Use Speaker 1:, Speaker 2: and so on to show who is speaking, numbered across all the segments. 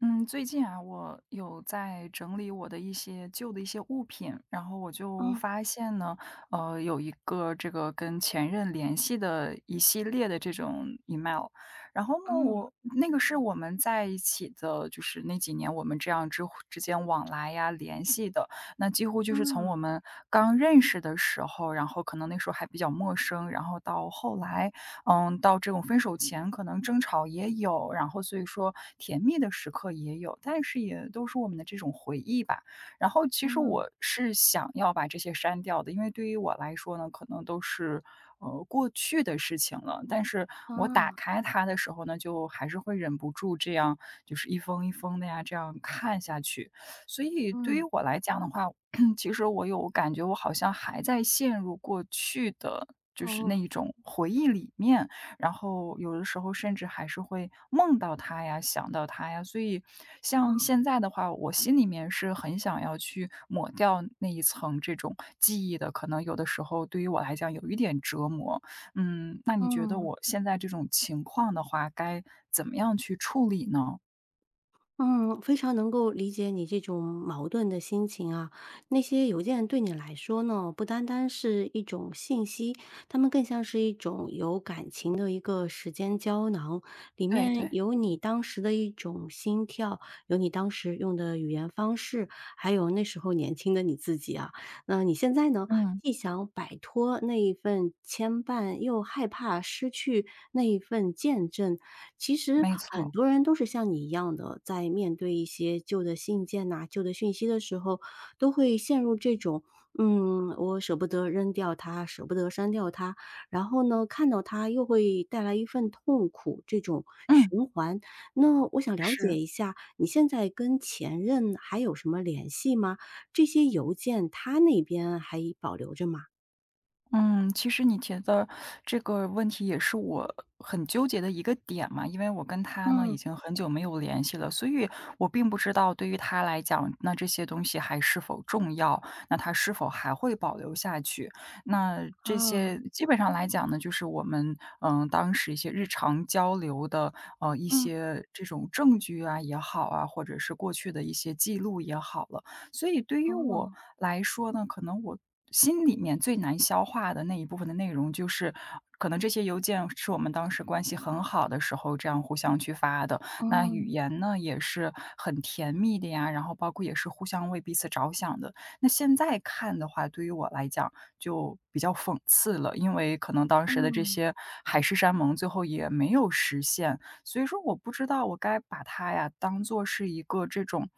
Speaker 1: 嗯，最近啊，我有在整理我的一些旧的一些物品，然后我就
Speaker 2: 嗯
Speaker 1: 发现呢，有一个这个跟前任联系的一系列的这种 email，然后呢，
Speaker 2: 嗯
Speaker 1: 我那个是我们在一起的，就是那几年我们这样之间往来呀联系的，那几乎就是从
Speaker 2: 嗯
Speaker 1: 我们刚认识的时候，然后可能那时候还比较陌生，然后到后来嗯，到这种分手前可能争吵也有，然后所以说甜蜜的时刻也有，但是也都是我们的这种回忆吧。然后其实
Speaker 2: 嗯，嗯
Speaker 1: 我是想要把这些删掉的，因为对于我来说呢，可能都是过去的事情了。但是我打
Speaker 2: 啊，
Speaker 1: 开它的时候呢，就还是会忍不住这样，就是一封一封的呀，这样看下去。所以对于
Speaker 2: 嗯，
Speaker 1: 我来讲的话，其实我有感觉，我好像还在陷入过去的就是那
Speaker 2: 哦，
Speaker 1: 一种回忆里面，然后有的时候甚至还是会梦到他呀，想到他呀。所以像
Speaker 2: 啊
Speaker 1: 现在的话，我心里面是很想要去抹掉那一层这种记忆的，可能有的时候对于我来讲有一点折磨。嗯，那你觉得
Speaker 2: 嗯。
Speaker 1: 我现在这种情况的话，该怎么样去处理呢？
Speaker 2: 嗯，非常能够理解你这种矛盾的心情啊。那些邮件对你来说呢，不单单是一种信息，它们更像是一种有感情的一个时间胶囊，里
Speaker 1: 对
Speaker 2: 面
Speaker 1: 对。
Speaker 2: 有你当时的一种心跳，有你当时用的语言方式，还有那时候年轻的你自己啊。那你现在呢，
Speaker 1: 嗯，
Speaker 2: 既想摆脱那一份牵绊，又害怕失去那一份见证。其实
Speaker 1: 没
Speaker 2: 很
Speaker 1: 错，
Speaker 2: 多人都是像你一样的，在面对一些旧的信件呐、旧的讯息的时候，都会陷入这种，我舍不得扔掉它，舍不得删掉它，然后呢，看到它又会带来一份痛苦，这种
Speaker 1: 嗯，
Speaker 2: 循环。那我想了解
Speaker 1: 是。
Speaker 2: 一下，你现在跟前任还有什么联系吗？这些邮件他那边还保留着吗？
Speaker 1: 嗯，其实你提的这个问题也是我很纠结的一个点嘛，因为我跟他呢已
Speaker 2: 嗯，
Speaker 1: 经很久没有联系了，所以我并不知道对于他来讲，那这些东西还是否重要，那他是否还会保留下去？那这
Speaker 2: 哦，
Speaker 1: 些基本上来讲呢，就是我们嗯当时一些日常交流的一
Speaker 2: 嗯，
Speaker 1: 些这种证据啊也好啊，或者是过去的一些记录也好了，所以对于我
Speaker 2: 哦，
Speaker 1: 来说呢，可能我心里面最难消化的那一部分的内容，就是可能这些邮件是我们当时关系很好的时候这样互相去发的，那语
Speaker 2: 嗯
Speaker 1: 言呢也是很甜蜜的呀，然后包括也是互相为彼此着想的。那现在看的话，对于我来讲就比较讽刺了，因为可能当时的这
Speaker 2: 嗯。
Speaker 1: 些海誓山盟最后也没有实现，所以说我不知道我该把它呀当做是一个这种，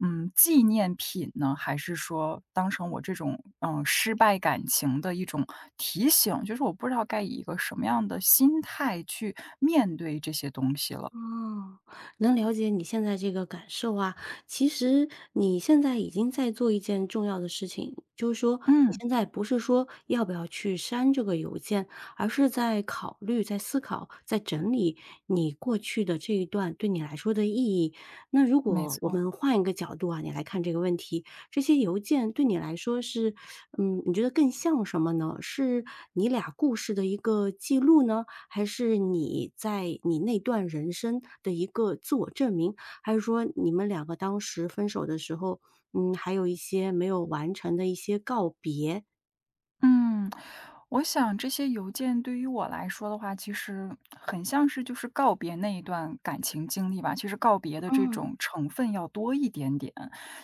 Speaker 1: 嗯，纪念品呢，还是说当成我这种嗯失败感情的一种提醒？就是我不知道该以一个什么样的心态去面对这些东西了。
Speaker 2: 哦，能了解你现在这个感受啊。其实你现在已经在做一件重要的事情，就是说你
Speaker 1: 嗯，
Speaker 2: 现在不是说要不要去删这个邮件，而是在考虑、在思考、在整理你过去的这一段对你来说的意义。那如
Speaker 1: 没
Speaker 2: 果我
Speaker 1: 错，
Speaker 2: 们换一个角度啊，你来看这个问题，这些邮件对你来说是，你觉得更像什么呢？是你俩故事的一个记录呢？还是你在你那段人生的一个自我证明？还是说你们两个当时分手的时候，还有一些没有完成的一些告别？
Speaker 1: 嗯。我想这些邮件对于我来说的话，其实很像是就是告别那一段感情经历吧。其实告别的这
Speaker 2: 嗯，
Speaker 1: 种成分要多一点点。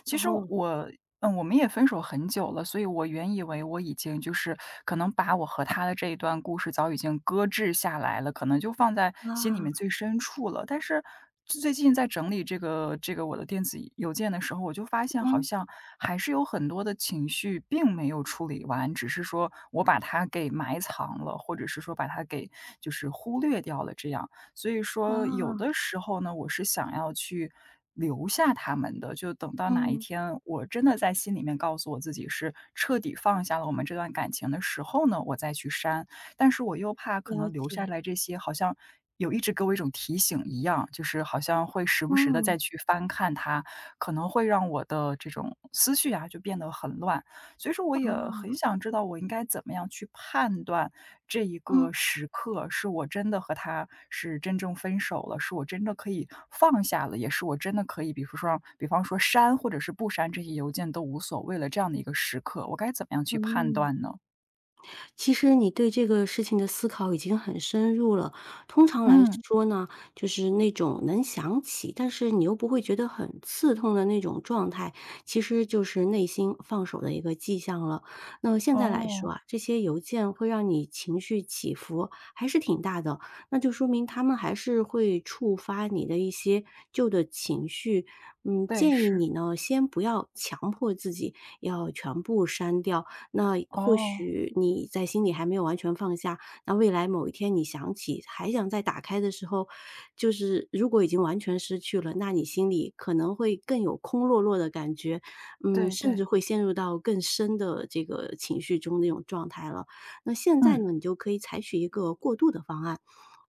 Speaker 1: 其实
Speaker 2: 哦，
Speaker 1: 我嗯，我们也分手很久了，所以我原以为我已经就是可能把我和他的这一段故事早已经搁置下来了，可能就放在心里
Speaker 2: 啊，
Speaker 1: 面最深处了。但是最近在整理这个我的电子邮件的时候，我就发现好
Speaker 2: 嗯，
Speaker 1: 像还是有很多的情绪并没有处理完，只是说我把它给埋藏了，或者是说把它给就是忽略掉了这样。所以说有
Speaker 2: 啊，
Speaker 1: 的时候呢，我是想要去留下他们的，就等到哪一
Speaker 2: 嗯，
Speaker 1: 天我真的在心里面告诉我自己是彻底放下了我们这段感情的时候呢，我再去删。但是我又怕可
Speaker 2: 了
Speaker 1: 能留下
Speaker 2: 解，
Speaker 1: 来这些好像有一直给我一种提醒一样，就是好像会时不时的
Speaker 2: 嗯，
Speaker 1: 再去翻看它，可能会让我的这种思绪啊，就变得很乱。所以说我也
Speaker 2: 啊，
Speaker 1: 很想知道我应该怎么样去判断这一
Speaker 2: 嗯，
Speaker 1: 个时刻，是我真的和他是真正分手了，是我真的可以放下了，也是我真的可以，比如说比方说删或者是不删这些邮件都无所谓了，这样的一个时刻，我该怎么样去判
Speaker 2: 嗯。
Speaker 1: 断呢？
Speaker 2: 其实你对这个事情的思考已经很深入了。通常来
Speaker 1: 嗯，
Speaker 2: 说呢，就是那种能想起，但是你又不会觉得很刺痛的那种状态，其实就是内心放手的一个迹象了。那现在来说
Speaker 1: 哦，
Speaker 2: 啊，这些邮件会让你情绪起伏还是挺大的，那就说明他们还是会触发你的一些旧的情绪。
Speaker 1: 对，
Speaker 2: 建议
Speaker 1: 是，
Speaker 2: 你呢，先不要强迫自己要全部删掉，那或
Speaker 1: 哦，
Speaker 2: 许你在心里还没有完全放下，那未来某一天你想起，还想再打开的时候，就是如果已经完全失去了，那你心里可能会更有空落落的感觉，
Speaker 1: 对
Speaker 2: 甚
Speaker 1: 对，
Speaker 2: 至会陷入到更深的这个情绪中那种状态了。那现在
Speaker 1: 嗯，
Speaker 2: 呢，你就可以采取一个过渡的方案，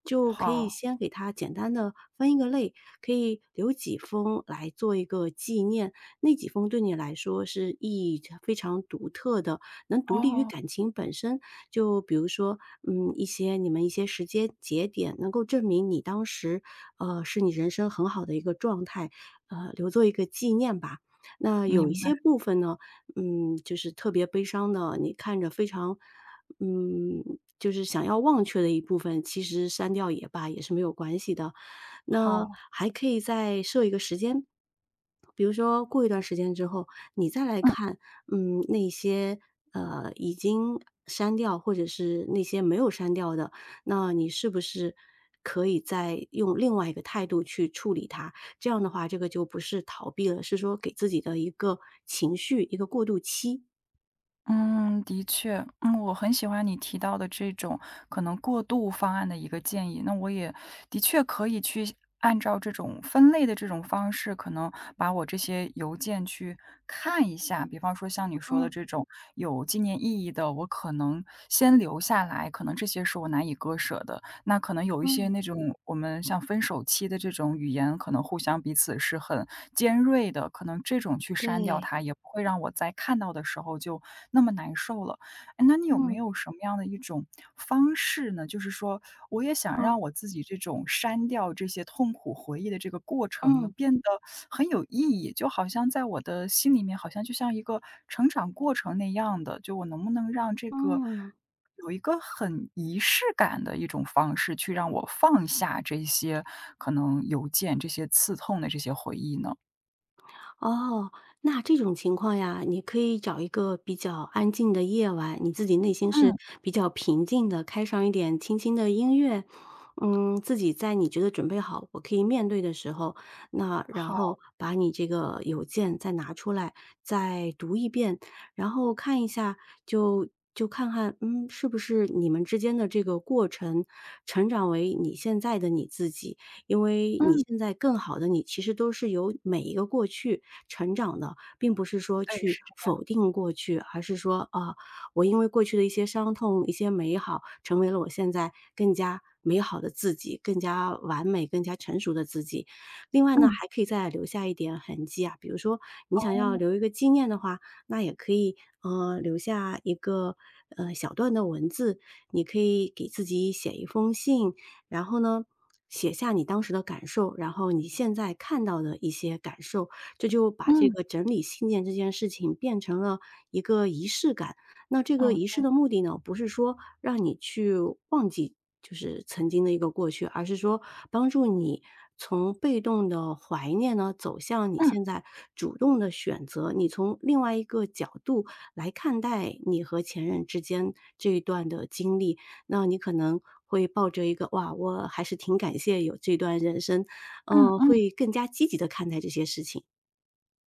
Speaker 2: 就可以
Speaker 1: 好，
Speaker 2: 先给它简单的分一个类，可以留几封来做一个纪念。那几封对你来说是意义非常独特的，能独立于
Speaker 1: 哦，
Speaker 2: 感情本身。就比如说，一些你们一些时间节点，能够证明你当时，是你人生很好的一个状态，留作一个纪念吧。那有一
Speaker 1: 明白，
Speaker 2: 些部分呢，就是特别悲伤的，你看着非常，嗯，就是想要忘却的一部分，其实删掉也罢，也是没有关系的。那
Speaker 1: 好。
Speaker 2: 还可以再设一个时间，比如说过一段时间之后，你再来
Speaker 1: 嗯。
Speaker 2: 看，那些，已经删掉或者是那些没有删掉的，那你是不是可以再用另外一个态度去处理它？这样的话，这个就不是逃避了，是说给自己的一个情绪、一个过渡期。
Speaker 1: 嗯，的确，嗯，我很喜欢你提到的这种可能过渡方案的一个建议，那我也的确可以去按照这种分类的这种方式，可能把我这些邮件去看一下。比方说像你说的
Speaker 2: 嗯
Speaker 1: 这种有纪念意义的，我可能先留下来，可能这些是我难以割舍的。那可能有一些
Speaker 2: 嗯，
Speaker 1: 那种我们像分手期的这种语言，可能互相彼此是很尖锐的，可能这种去删掉
Speaker 2: 对，
Speaker 1: 它，也不会让我在看到的时候就那么难受了。哎，那你有
Speaker 2: 嗯，
Speaker 1: 没
Speaker 2: 嗯
Speaker 1: 有什么样的一种方式呢？就是说，我也想
Speaker 2: 啊，
Speaker 1: 让我自己这种删掉这些痛苦回忆的这个过程呢，
Speaker 2: 嗯，
Speaker 1: 变得很有意义，就好像在我的心里面，好像就像一个成长过程那样的，就我能不能让这个
Speaker 2: 嗯。
Speaker 1: 有一个很仪式感的一种方式，去让我放下这些可能邮件、这些刺痛的这些回忆呢？
Speaker 2: 哦，那这种情况呀，你可以找一个比较安静的夜晚，你自己内心是
Speaker 1: 嗯，
Speaker 2: 比较平静的，开上一点轻轻的音乐，自己在你觉得准备好，我可以面对的时候，那然
Speaker 1: 好，
Speaker 2: 后把你这个邮件再拿出来，再读一遍，然后看一下，就看看，是不是你们之间的这个过程，成长为你现在的你自己。因为你
Speaker 1: 嗯。
Speaker 2: 现在更好的你，其实都是由每一个过去成长的，并不是说
Speaker 1: 对，
Speaker 2: 去
Speaker 1: 是这样。
Speaker 2: 否定过去，而是说啊，我因为过去的一些伤痛、一些美好，成为了我现在更加美好的自己，更加完美、更加成熟的自己。另外呢，
Speaker 1: 嗯。
Speaker 2: 还可以再留下一点痕迹啊，比如说你想要
Speaker 1: 哦，
Speaker 2: 留一个纪念的话，那也可以留下一个小段的文字，你可以给自己写一封信，然后呢，写下你当时的感受，然后你现在看到的一些感受，这就把这
Speaker 1: 嗯。
Speaker 2: 个整理信件这件事情变成了一个仪式感。那这个
Speaker 1: 哦，
Speaker 2: 仪式
Speaker 1: 对。
Speaker 2: 的目的呢，不是说让你去忘记就是曾经的一个过去，而是说帮助你从被动的怀念呢，走向你
Speaker 1: 嗯，
Speaker 2: 现在主动的选择，你从另外一个角度来看待你和前任之间这一段的经历。那你可能会抱着一个“哇，我还是挺感谢有这段人生”，
Speaker 1: 嗯嗯。
Speaker 2: 会更加积极的看待这些事情。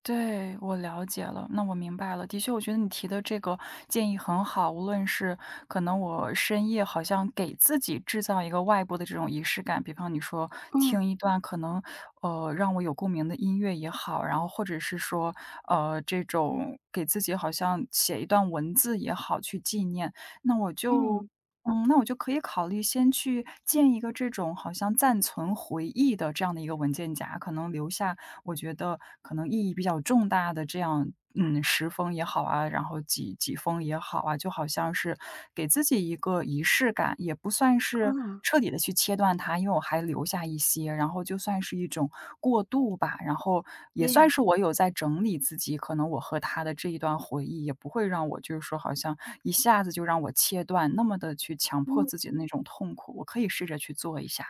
Speaker 1: 对，我了解了，那我明白了。的确，我觉得你提的这个建议很好，无论是可能我深夜好像给自己制造一个外部的这种仪式感，比方你说
Speaker 2: 嗯，
Speaker 1: 听一段可能让我有共鸣的音乐也好，然后或者是说这种给自己好像写一段文字也好去纪念，那我就。
Speaker 2: 嗯，
Speaker 1: 嗯，那我就可以考虑先去建一个这种好像暂存回忆的这样的一个文件夹，可能留下我觉得可能意义比较重大的这样，嗯10封也好啊，然后几封也好啊，就好像是给自己一个仪式感，也不算是
Speaker 2: 嗯，
Speaker 1: 彻底的去切断它，因为我还留下一些，然后就算是一种过渡吧。然后也算
Speaker 2: 对。
Speaker 1: 是我有在整理自己，可能我和他的这一段回忆，也不会让我就是说好像一下子就让我切断，那么的去强迫
Speaker 2: 嗯。
Speaker 1: 自己的那种痛苦，我可以试着去做一下。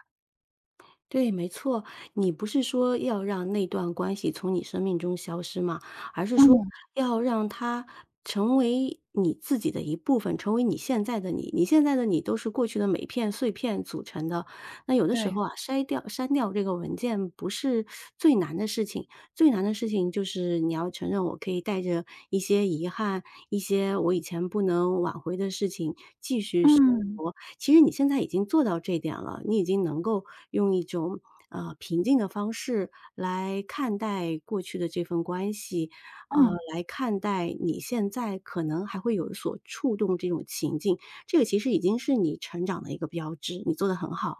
Speaker 2: 对，没错，你不是说要让那段关系从你生命中消失吗？而是说
Speaker 1: 嗯，
Speaker 2: 要让它成为你自己的一部分，成为你现在的你。你现在的你都是过去的每片碎片组成的。那有的时
Speaker 1: 对，
Speaker 2: 候啊，筛掉、删掉这个文件不是最难的事情，最难的事情就是你要承认，我可以带着一些遗憾，一些我以前不能挽回的事情继续生
Speaker 1: 嗯，
Speaker 2: 活。其实你现在已经做到这点了，你已经能够用一种平静的方式来看待过去的这份关系，呃，
Speaker 1: 嗯。
Speaker 2: 来看待你现在可能还会有所触动这种情境，这个其实已经是你成长的一个标志，你做得很好。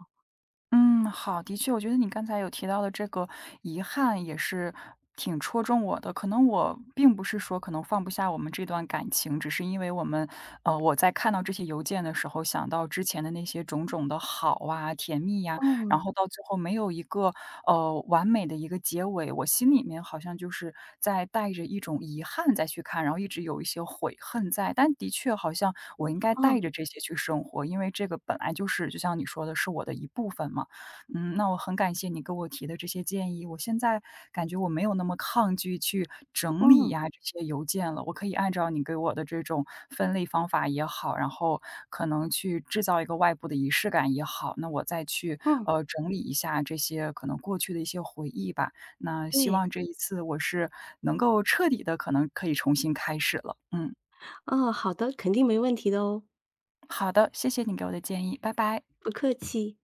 Speaker 1: 嗯，好，的确，我觉得你刚才有提到的这个遗憾也是挺戳中我的。可能我并不是说可能放不下我们这段感情，只是因为我们，我在看到这些邮件的时候，想到之前的那些种种的好啊、甜蜜呀、然
Speaker 2: 嗯，
Speaker 1: 后到最后没有一个完美的一个结尾，我心里面好像就是在带着一种遗憾再去看，然后一直有一些悔恨在。但的确好像我应该
Speaker 2: 哦，
Speaker 1: 带着这些去生活，因为这个本来就是就像你说的是我的一部分嘛。嗯，那我很感谢你给我提的这些建议，我现在感觉我没有那么抗拒去整理
Speaker 2: 嗯
Speaker 1: 呀这些邮件了，我可以按照你给我的这种分类方法也好，然后可能去制造一个外部的仪式感也好，那我再去
Speaker 2: 嗯，
Speaker 1: 整理一下这些可能过去的一些回忆吧。那希
Speaker 2: 对，
Speaker 1: 望这一次我是能够彻底的，可能可以重新开始了。嗯，
Speaker 2: 哦，好的，肯定没问题的哦，
Speaker 1: 好的，谢谢你给我的建议，拜拜。
Speaker 2: 不客气。